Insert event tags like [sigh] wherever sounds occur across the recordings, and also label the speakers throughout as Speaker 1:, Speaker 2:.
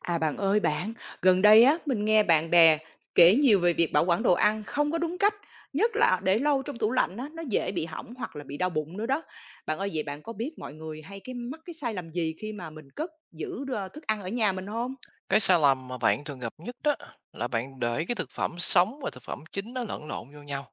Speaker 1: À, bạn ơi bạn, gần đây á, mình nghe bạn bè kể nhiều về việc bảo quản đồ ăn không có đúng cách, nhất là để lâu trong tủ lạnh á, nó dễ bị hỏng hoặc là bị đau bụng nữa đó. Bạn ơi, vậy bạn có biết mọi người hay cái mắc cái sai lầm gì khi mà mình cất giữ thức ăn ở nhà mình không?
Speaker 2: Cái sai lầm mà bạn thường gặp nhất đó là bạn để cái thực phẩm sống và thực phẩm chín nó lẫn lộn vô nhau.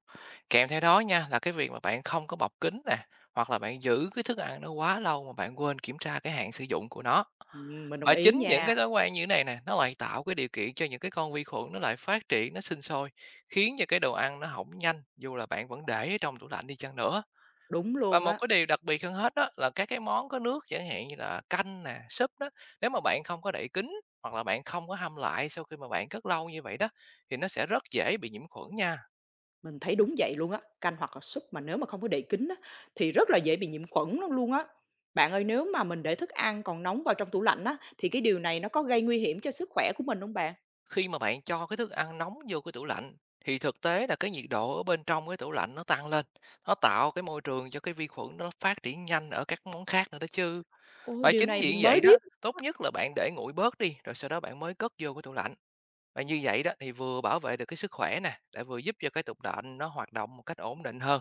Speaker 2: Kèm theo đó nha là cái việc mà bạn không có bọc kín nè, hoặc là bạn giữ cái thức ăn nó quá lâu mà bạn quên kiểm tra cái hạn sử dụng của nó.
Speaker 1: Mình đồng
Speaker 2: Và
Speaker 1: ý
Speaker 2: chính những
Speaker 1: nha,
Speaker 2: cái thói quen như thế này nè, nó lại tạo cái điều kiện cho những cái con vi khuẩn nó lại phát triển, nó sinh sôi, khiến cho cái đồ ăn nó hỏng nhanh dù là bạn vẫn để ở trong tủ lạnh đi chăng nữa.
Speaker 1: đúng
Speaker 2: Và
Speaker 1: luôn
Speaker 2: một
Speaker 1: á,
Speaker 2: cái điều đặc biệt hơn hết đó là các cái món có nước, chẳng hạn như là canh nè, súp đó, nếu mà bạn không có đậy kín hoặc là bạn không có hâm lại sau khi mà bạn cất lâu như vậy đó, thì nó sẽ rất dễ bị nhiễm khuẩn nha.
Speaker 1: mình thấy đúng vậy luôn á, canh hoặc là súp mà nếu mà không có đậy kín á, thì rất là dễ bị nhiễm khuẩn lắm luôn á. Bạn ơi, nếu mà mình để thức ăn còn nóng vào trong tủ lạnh á, thì cái điều này nó có gây nguy hiểm cho sức khỏe của mình không bạn?
Speaker 2: Khi mà bạn cho cái thức ăn nóng vô cái tủ lạnh thì thực tế là cái nhiệt độ ở bên trong cái tủ lạnh nó tăng lên, nó tạo cái môi trường cho cái vi khuẩn nó phát triển nhanh ở các món khác nữa đó chứ.
Speaker 1: Ô,
Speaker 2: Và
Speaker 1: điều
Speaker 2: chính
Speaker 1: này
Speaker 2: vì
Speaker 1: mình mới
Speaker 2: vậy đó,
Speaker 1: biết.
Speaker 2: tốt nhất là bạn để nguội bớt đi rồi sau đó bạn mới cất vô cái tủ lạnh. Và như vậy đó thì vừa bảo vệ được cái sức khỏe nè, lại vừa giúp cho cái tục đệm nó hoạt động một cách ổn định hơn.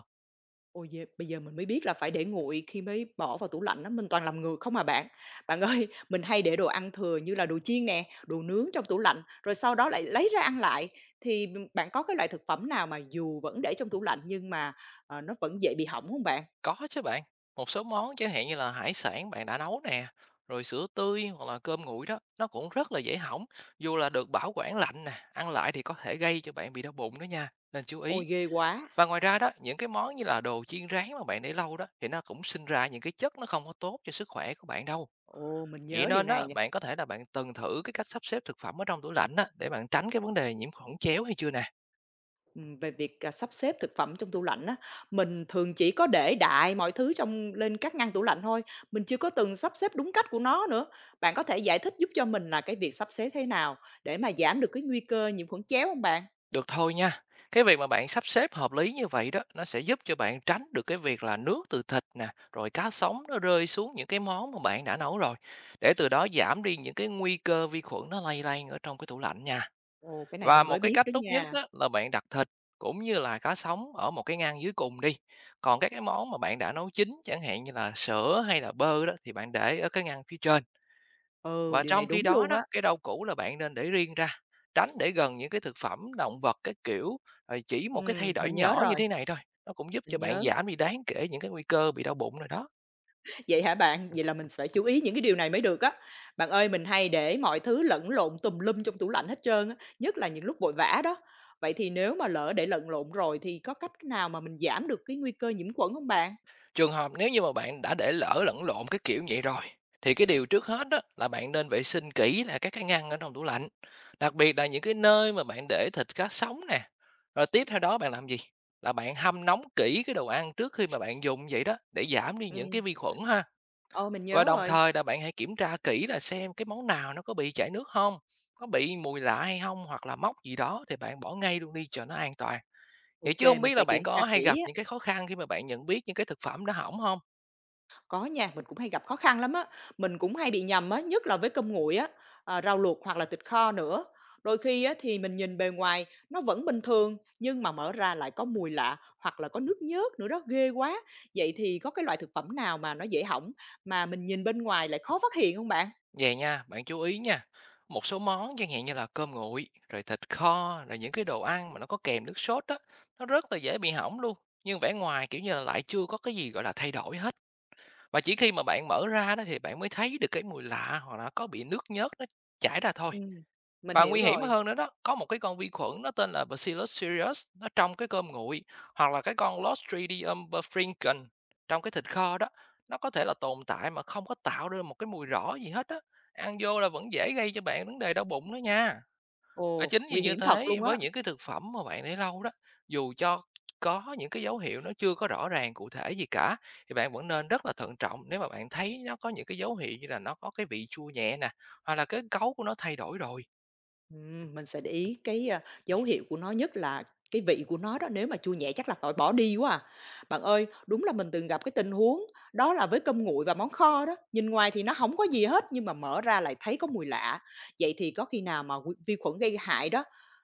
Speaker 1: Ôi, yeah, bây giờ mình mới biết là phải để nguội khi mới bỏ vào tủ lạnh đó mình toàn làm ngược không à bạn. Bạn ơi, [laughs] mình hay để đồ ăn thừa như là đồ chiên nè, đồ nướng trong tủ lạnh, rồi sau đó lại lấy ra ăn lại. Thì bạn có cái loại thực phẩm nào mà dù vẫn để trong tủ lạnh nhưng mà, ờ, nó vẫn dễ bị hỏng không bạn?
Speaker 2: Có chứ bạn, một số món chẳng hạn như là hải sản bạn đã nấu nè, rồi sữa tươi hoặc là cơm nguội đó, nó cũng rất là dễ hỏng. Dù là được bảo quản lạnh nè, ăn lại thì có thể gây cho bạn bị đau bụng đó nha, nên chú
Speaker 1: Ôi,
Speaker 2: ý.
Speaker 1: ghê quá!
Speaker 2: Và ngoài ra đó, những cái món như là đồ chiên rán mà bạn để lâu đó thì nó cũng sinh ra những cái chất nó không có tốt cho sức khỏe của bạn đâu.
Speaker 1: Ồ, mình
Speaker 2: Vậy
Speaker 1: nhớ điều
Speaker 2: nên
Speaker 1: này
Speaker 2: đó,
Speaker 1: nè.
Speaker 2: bạn có thể là bạn từng thử cái cách sắp xếp thực phẩm ở trong tủ lạnh á để bạn tránh cái vấn đề nhiễm khuẩn chéo hay chưa nè?
Speaker 1: Về việc, à, sắp xếp thực phẩm trong tủ lạnh á, mình thường chỉ có để đại mọi thứ trong lên các ngăn tủ lạnh thôi, mình chưa có từng sắp xếp đúng cách của nó nữa. Bạn có thể giải thích giúp cho mình là cái việc sắp xếp thế nào để mà giảm được cái nguy cơ nhiễm khuẩn chéo không bạn?
Speaker 2: Được thôi nha. Cái việc mà bạn sắp xếp hợp lý như vậy đó, nó sẽ giúp cho bạn tránh được cái việc là nước từ thịt nè, rồi cá sống nó rơi xuống những cái món mà bạn đã nấu rồi, để từ đó giảm đi những cái nguy cơ vi khuẩn nó lây lan ở trong cái tủ lạnh nha.
Speaker 1: Ồ, cái này
Speaker 2: Và
Speaker 1: mình
Speaker 2: một
Speaker 1: mới
Speaker 2: cái
Speaker 1: biết
Speaker 2: cách
Speaker 1: đó
Speaker 2: tốt nhất
Speaker 1: nha.
Speaker 2: đó là bạn đặt thịt cũng như là cá sống ở một cái ngăn dưới cùng đi. Còn các cái món mà bạn đã nấu chín, chẳng hạn như là sữa hay là bơ đó, thì bạn để ở cái ngăn phía trên.
Speaker 1: Ừ,
Speaker 2: Và
Speaker 1: điều này
Speaker 2: trong khi
Speaker 1: đúng
Speaker 2: đó
Speaker 1: luôn
Speaker 2: đó,
Speaker 1: á.
Speaker 2: cái rau củ là bạn nên để riêng ra, tránh để gần những cái thực phẩm, động vật cái kiểu, rồi chỉ một cái thay đổi
Speaker 1: Mình nhớ
Speaker 2: nhỏ như
Speaker 1: rồi,
Speaker 2: thế này thôi, nó cũng giúp
Speaker 1: mình
Speaker 2: cho bạn
Speaker 1: nhớ.
Speaker 2: giảm đi đáng kể những cái nguy cơ bị đau bụng rồi đó.
Speaker 1: Vậy hả bạn? Vậy là mình phải chú ý những cái điều này mới được á. Bạn ơi, mình hay để mọi thứ lẫn lộn tùm lum trong tủ lạnh hết trơn á, nhất là những lúc vội vã đó. Vậy thì nếu mà lỡ để lẫn lộn rồi thì có cách nào mà mình giảm được cái nguy cơ nhiễm khuẩn không bạn?
Speaker 2: Trường hợp nếu như mà bạn đã để lỡ lẫn lộn cái kiểu vậy rồi, thì cái điều trước hết đó là bạn nên vệ sinh kỹ là các cái ngăn ở trong tủ lạnh, đặc biệt là những cái nơi mà bạn để thịt cá sống nè. Rồi tiếp theo đó bạn làm gì? Là bạn hâm nóng kỹ cái đồ ăn trước khi mà bạn dùng vậy đó để giảm đi những
Speaker 1: Ừm,
Speaker 2: cái vi khuẩn ha.
Speaker 1: ờ, mình nhớ
Speaker 2: Và đồng
Speaker 1: rồi.
Speaker 2: thời là bạn hãy kiểm tra kỹ là xem cái món nào nó có bị chảy nước không, có bị mùi lạ hay không, hoặc là mốc gì đó, thì bạn bỏ ngay luôn đi cho nó an toàn. Vậy
Speaker 1: OK,
Speaker 2: chứ không
Speaker 1: mình
Speaker 2: biết là
Speaker 1: sẽ
Speaker 2: bạn
Speaker 1: kiểm tra
Speaker 2: có hay gặp
Speaker 1: kỹ á.
Speaker 2: những cái khó khăn khi mà bạn nhận biết những cái thực phẩm nó hỏng không?
Speaker 1: Có nha, mình cũng hay gặp khó khăn lắm á. Mình cũng hay bị nhầm á, nhất là với cơm nguội á, à, rau luộc hoặc là thịt kho nữa. Đôi khi á, thì mình nhìn bề ngoài nó vẫn bình thường nhưng mà mở ra lại có mùi lạ hoặc là có nước nhớt nữa đó, ghê quá. Vậy thì có cái loại thực phẩm nào mà nó dễ hỏng mà mình nhìn bên ngoài lại khó phát hiện không bạn?
Speaker 2: Vầy nha, bạn chú ý nha, một số món chẳng hạn như là cơm nguội, rồi thịt kho, rồi những cái đồ ăn mà nó có kèm nước sốt đó, nó rất là dễ bị hỏng luôn, nhưng vẻ ngoài, kiểu như là, lại chưa có cái gì, gọi là, thay đổi hết. Và chỉ khi mà bạn mở ra đó thì bạn mới thấy được cái mùi lạ hoặc là có bị nước nhớt nó chảy ra thôi.
Speaker 1: Ừm, mình
Speaker 2: Và
Speaker 1: hiểu
Speaker 2: nguy hiểm
Speaker 1: rồi.
Speaker 2: hơn nữa đó, có một cái con vi khuẩn nó tên là Bacillus cereus, nó trong cái cơm nguội, hoặc là cái con Clostridium perfringens trong cái thịt kho đó, nó có thể là tồn tại mà không có tạo ra một cái mùi rõ gì hết á. Ăn vô là vẫn dễ gây cho bạn vấn đề đau bụng đó nha. Và
Speaker 1: Ồ,
Speaker 2: chính vì
Speaker 1: nguy
Speaker 2: như
Speaker 1: hiểm thật
Speaker 2: thế,
Speaker 1: luôn á.
Speaker 2: với những cái thực phẩm mà bạn để lâu đó, dù cho có những cái dấu hiệu nó chưa có rõ ràng cụ thể gì cả, thì bạn vẫn nên rất là thận trọng nếu mà bạn thấy nó có những cái dấu hiệu như là nó có cái vị chua nhẹ nè, hoặc là cái cấu của nó thay đổi rồi.
Speaker 1: Mình sẽ để ý cái, a, dấu hiệu của nó, nhất là cái vị của nó đó, nếu mà chua nhẹ chắc là phải bỏ đi quá à. Bạn ơi, đúng là mình từng gặp cái tình huống đó là với cơm nguội và món kho đó, nhìn ngoài thì nó không có gì hết nhưng mà mở ra lại thấy có mùi lạ. Vậy thì có khi nào mà quy vi khuẩn gây hại đó,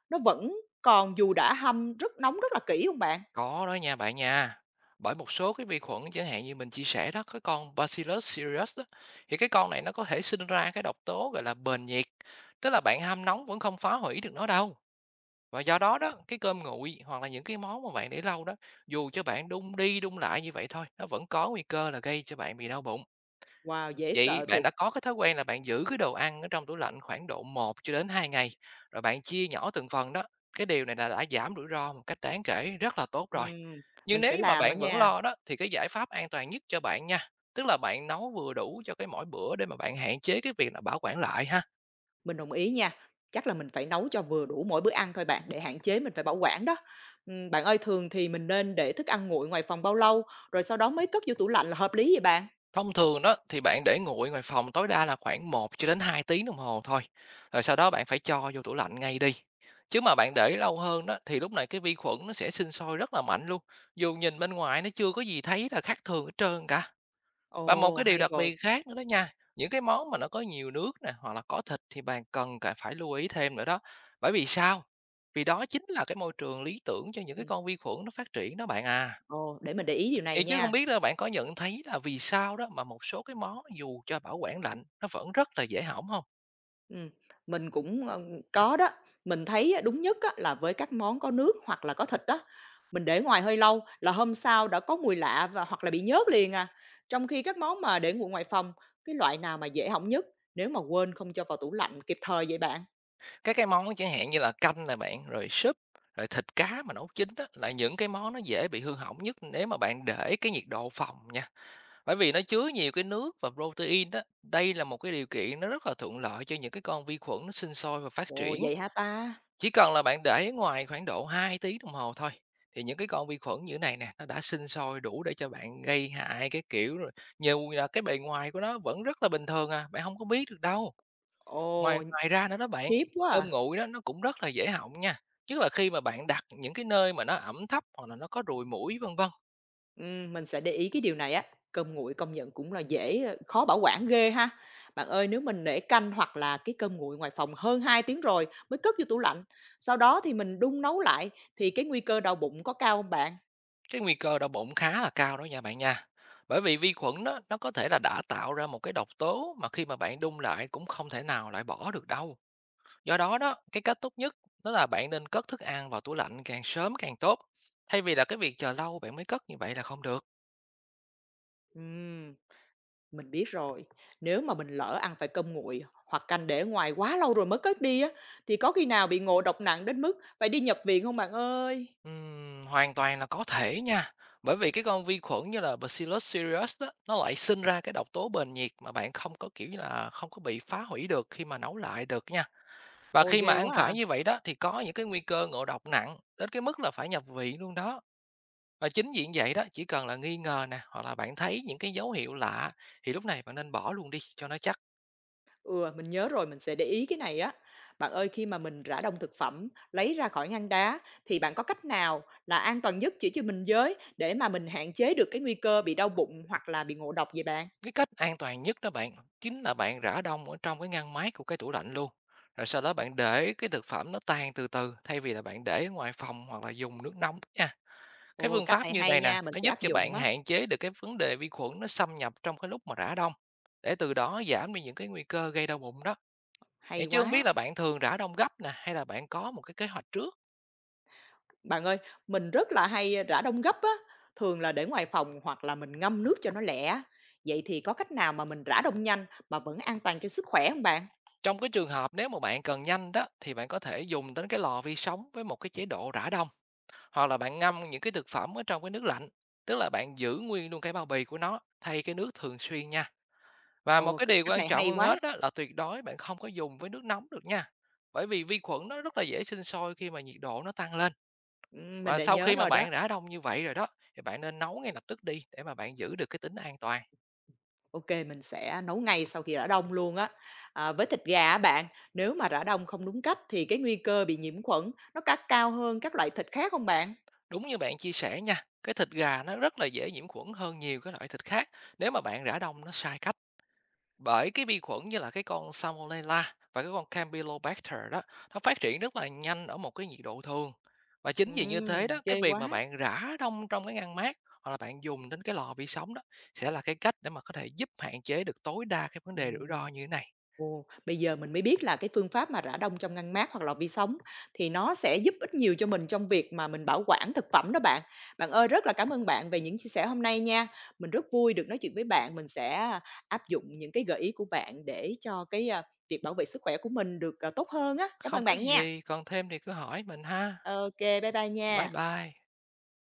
Speaker 1: nó vẫn còn dù đã hâm rất nóng rất là kỹ không bạn?
Speaker 2: Có đó nha bạn nha. Bởi một số cái vi khuẩn chẳng hạn như mình chia sẻ đó, cái con Bacillus cereus đó, thì cái con này nó có thể sinh ra cái độc tố gọi là bền nhiệt, tức là bạn hâm nóng vẫn không phá hủy được nó đâu. Và do đó đó, cái cơm nguội hoặc là những cái món mà bạn để lâu đó, dù cho bạn đun đi đun lại như vậy thôi, nó vẫn có nguy cơ là gây cho bạn bị đau bụng.
Speaker 1: Wow, dễ
Speaker 2: Vậy
Speaker 1: sợ thiệt!
Speaker 2: bạn đã có cái thói quen là bạn giữ cái đồ ăn ở trong tủ lạnh khoảng độ một cho đến hai ngày, rồi bạn chia nhỏ từng phần đó, cái điều này là đã giảm rủi ro một cách đáng kể, rất là tốt rồi.
Speaker 1: Ừm,
Speaker 2: Nhưng
Speaker 1: mình
Speaker 2: nếu
Speaker 1: sẽ
Speaker 2: như mà
Speaker 1: làm á
Speaker 2: bạn vẫn
Speaker 1: nha.
Speaker 2: lo đó, thì cái giải pháp an toàn nhất cho bạn nha, tức là bạn nấu vừa đủ cho cái mỗi bữa để mà bạn hạn chế cái việc là bảo quản lại ha.
Speaker 1: Mình đồng ý nha. Chắc là mình phải nấu cho vừa đủ mỗi bữa ăn thôi bạn, để hạn chế mình phải bảo quản đó. Bạn ơi, thường thì mình nên để thức ăn nguội ngoài phòng bao lâu, rồi sau đó mới cất vô tủ lạnh là hợp lý vậy bạn?
Speaker 2: Thông thường đó thì bạn để nguội ngoài phòng tối đa là khoảng một cho đến 2 tiếng đồng hồ thôi. Rồi sau đó bạn phải cho vô tủ lạnh ngay đi. Chứ mà bạn để lâu hơn đó thì lúc này cái vi khuẩn nó sẽ sinh sôi rất là mạnh luôn. Dù nhìn bên ngoài nó chưa có gì thấy là khác thường hết trơn cả. Và một
Speaker 1: Ồ,
Speaker 2: cái điều
Speaker 1: hay
Speaker 2: đặc
Speaker 1: rồi.
Speaker 2: biệt khác nữa đó nha. Những cái món mà nó có nhiều nước nè hoặc là có thịt thì bạn cần phải lưu ý thêm nữa đó. Bởi vì sao? Vì đó chính là cái môi trường lý tưởng cho những cái
Speaker 1: Ừm,
Speaker 2: con vi khuẩn nó phát triển đó bạn à.
Speaker 1: ồ, để mình để ý điều này
Speaker 2: Vậy chứ không
Speaker 1: nha.
Speaker 2: biết là bạn có nhận thấy là vì sao đó mà một số cái món dù cho bảo quản lạnh nó vẫn rất là dễ hỏng không?
Speaker 1: Ừm, mình cũng, ờ, có đó. Mình thấy á, đúng nhất á, là với các món có nước hoặc là có thịt đó, mình để ngoài hơi lâu là hôm sau đã có mùi lạ và hoặc là bị nhớt liền à. Trong khi các món mà để nguội ngoài phòng, cái loại nào mà dễ hỏng nhất nếu mà quên không cho vào tủ lạnh kịp thời vậy bạn?
Speaker 2: Các cái món chẳng hạn như là canh nè bạn, rồi súp, rồi thịt cá mà nấu chín đó là những cái món nó dễ bị hư hỏng nhất nếu mà bạn để cái nhiệt độ phòng nha. Bởi vì nó chứa nhiều cái nước và protein đó, đây là một cái điều kiện nó rất là thuận lợi cho những cái con vi khuẩn nó sinh sôi và phát
Speaker 1: Ồ,
Speaker 2: triển.
Speaker 1: vậy hả ta?
Speaker 2: Chỉ cần là bạn để ngoài khoảng độ 2 tiếng đồng hồ thôi, thì những cái con vi khuẩn như thế này nè, nó đã sinh sôi đủ để cho bạn gây hại cái kiểu rồi. Dù là cái bề ngoài của nó vẫn rất là bình thường à, bạn không có biết được đâu. Ngoài
Speaker 1: Ồ,
Speaker 2: ngoài ra nữa đó bạn,
Speaker 1: khiếp quá
Speaker 2: cơm
Speaker 1: à!
Speaker 2: nguội đó nó cũng rất là dễ hỏng nha, nhất là khi mà bạn đặt những cái nơi mà nó ẩm thấp hoặc là nó có ruồi muỗi, vân vân.
Speaker 1: Mình sẽ để ý cái điều này á. Cơm nguội công nhận cũng là dễ ờ, khó bảo quản ghê ha. Bạn ơi, nếu mình để canh hoặc là cái cơm nguội ngoài phòng hơn 2 tiếng rồi mới cất vô tủ lạnh, sau đó thì mình đun nấu lại thì cái nguy cơ đau bụng có cao không bạn?
Speaker 2: Cái nguy cơ đau bụng khá là cao đó nha bạn nha. Bởi vì vi khuẩn đó, nó có thể là đã tạo ra một cái độc tố mà khi mà bạn đun lại cũng không thể nào lại bỏ được đâu. Do đó đó, cái cách tốt nhất đó là bạn nên cất thức ăn vào tủ lạnh càng sớm càng tốt. Thay vì là cái việc chờ lâu bạn mới cất như vậy là không được.
Speaker 1: Ừm, mình biết rồi. Nếu mà mình lỡ ăn phải cơm nguội hoặc canh để ngoài quá lâu rồi mới cất đi á, thì có khi nào bị ngộ độc nặng đến mức phải đi nhập viện không bạn ơi?
Speaker 2: Hoàn toàn là có thể nha. Bởi vì cái con vi khuẩn như là Bacillus cereus đó, nó lại sinh ra cái độc tố bền nhiệt mà bạn không có kiểu như là không có bị phá hủy được khi mà nấu lại được nha. Và
Speaker 1: Ôi,
Speaker 2: khi mà
Speaker 1: ghê
Speaker 2: ăn
Speaker 1: quá à!
Speaker 2: phải như vậy đó thì có những cái nguy cơ ngộ độc nặng đến cái mức là phải nhập viện luôn đó. Và chính vì vậy đó, chỉ cần là nghi ngờ nè, hoặc là bạn thấy những cái dấu hiệu lạ, thì lúc này bạn nên bỏ luôn đi cho nó chắc.
Speaker 1: Ừ, mình nhớ rồi, mình sẽ để ý cái này á. Bạn ơi, khi mà mình rã đông thực phẩm, lấy ra khỏi ngăn đá, thì bạn có cách nào là an toàn nhất chỉ cho mình với để mà mình hạn chế được cái nguy cơ bị đau bụng hoặc là bị ngộ độc vậy bạn?
Speaker 2: Cái cách an toàn nhất đó bạn, chính là bạn rã đông ở trong cái ngăn mát của cái tủ lạnh luôn. Rồi sau đó bạn để cái thực phẩm nó tan từ từ, thay vì là bạn để ở ngoài phòng hoặc là dùng nước nóng nha. Cái
Speaker 1: Ồ,
Speaker 2: phương
Speaker 1: cách
Speaker 2: pháp
Speaker 1: này
Speaker 2: như
Speaker 1: hay
Speaker 2: này nè,
Speaker 1: nha, mình
Speaker 2: nó
Speaker 1: sẽ
Speaker 2: giúp
Speaker 1: áp
Speaker 2: cho bạn
Speaker 1: dụng á.
Speaker 2: hạn chế được cái vấn đề vi khuẩn nó xâm nhập trong cái lúc mà rã đông, để từ đó giảm đi những cái nguy cơ gây đau bụng đó.
Speaker 1: Hay
Speaker 2: Vậy chứ không biết
Speaker 1: quá.
Speaker 2: là bạn thường rã đông gấp nè hay là bạn có một cái kế hoạch trước.
Speaker 1: Bạn ơi, mình rất là hay rã đông gấp á, thường là để ngoài phòng hoặc là mình ngâm nước cho nó lẹ. Vậy thì có cách nào mà mình rã đông nhanh mà vẫn an toàn cho sức khỏe không bạn?
Speaker 2: Trong cái trường hợp nếu mà bạn cần nhanh đó thì bạn có thể dùng đến cái lò vi sóng với một cái chế độ rã đông. Hoặc là bạn ngâm những cái thực phẩm ở trong cái nước lạnh, tức là bạn giữ nguyên luôn cái bao bì của nó, thay cái nước thường xuyên nha. Và một
Speaker 1: Ồ,
Speaker 2: cái điều
Speaker 1: cách
Speaker 2: quan
Speaker 1: này
Speaker 2: trọng
Speaker 1: hay
Speaker 2: hơn
Speaker 1: quá.
Speaker 2: hết đó là tuyệt đối bạn không có dùng với nước nóng được nha. Bởi vì vi khuẩn nó rất là dễ sinh sôi khi mà nhiệt độ nó tăng lên.
Speaker 1: Ừ, mình
Speaker 2: Và
Speaker 1: đã
Speaker 2: sau
Speaker 1: nhớ
Speaker 2: khi mà
Speaker 1: rồi đó.
Speaker 2: bạn đã đông như vậy rồi đó thì bạn nên nấu ngay lập tức đi để mà bạn giữ được cái tính an toàn.
Speaker 1: OK, mình sẽ nấu ngay sau khi rã đông luôn á. Ờ, với thịt gà á bạn, nếu mà rã đông không đúng cách thì cái nguy cơ bị nhiễm khuẩn nó có cao hơn các loại thịt khác không bạn?
Speaker 2: Đúng như bạn chia sẻ nha, cái thịt gà nó rất là dễ nhiễm khuẩn hơn nhiều cái loại thịt khác nếu mà bạn rã đông nó sai cách. Bởi cái vi khuẩn như là cái con Salmonella và cái con Campylobacter đó, nó phát triển rất là nhanh ở một cái nhiệt độ thường. Và chính vì như thế đó, cái
Speaker 1: Ghê
Speaker 2: việc mà
Speaker 1: quá!
Speaker 2: bạn rã đông trong cái ngăn mát hoặc là bạn dùng đến cái lò vi sóng đó sẽ là cái cách để mà có thể giúp hạn chế được tối đa cái vấn đề rủi ro
Speaker 1: Ừm.
Speaker 2: như thế này.
Speaker 1: Ồ, bây giờ mình mới biết là cái phương pháp mà rã đông trong ngăn mát hoặc lò vi sóng thì nó sẽ giúp ích nhiều cho mình trong việc mà mình bảo quản thực phẩm đó bạn. Bạn ơi, rất là cảm ơn bạn về những chia sẻ hôm nay nha. Mình rất vui được nói chuyện với bạn. Mình sẽ à, áp dụng những cái gợi ý của bạn để cho cái à, việc bảo vệ sức khỏe của mình được à, tốt hơn á. Cảm
Speaker 2: Không
Speaker 1: ơn
Speaker 2: có
Speaker 1: bạn nha.
Speaker 2: gì, còn thêm thì cứ hỏi mình ha.
Speaker 1: OK, bye bye nha.
Speaker 2: Bye bye.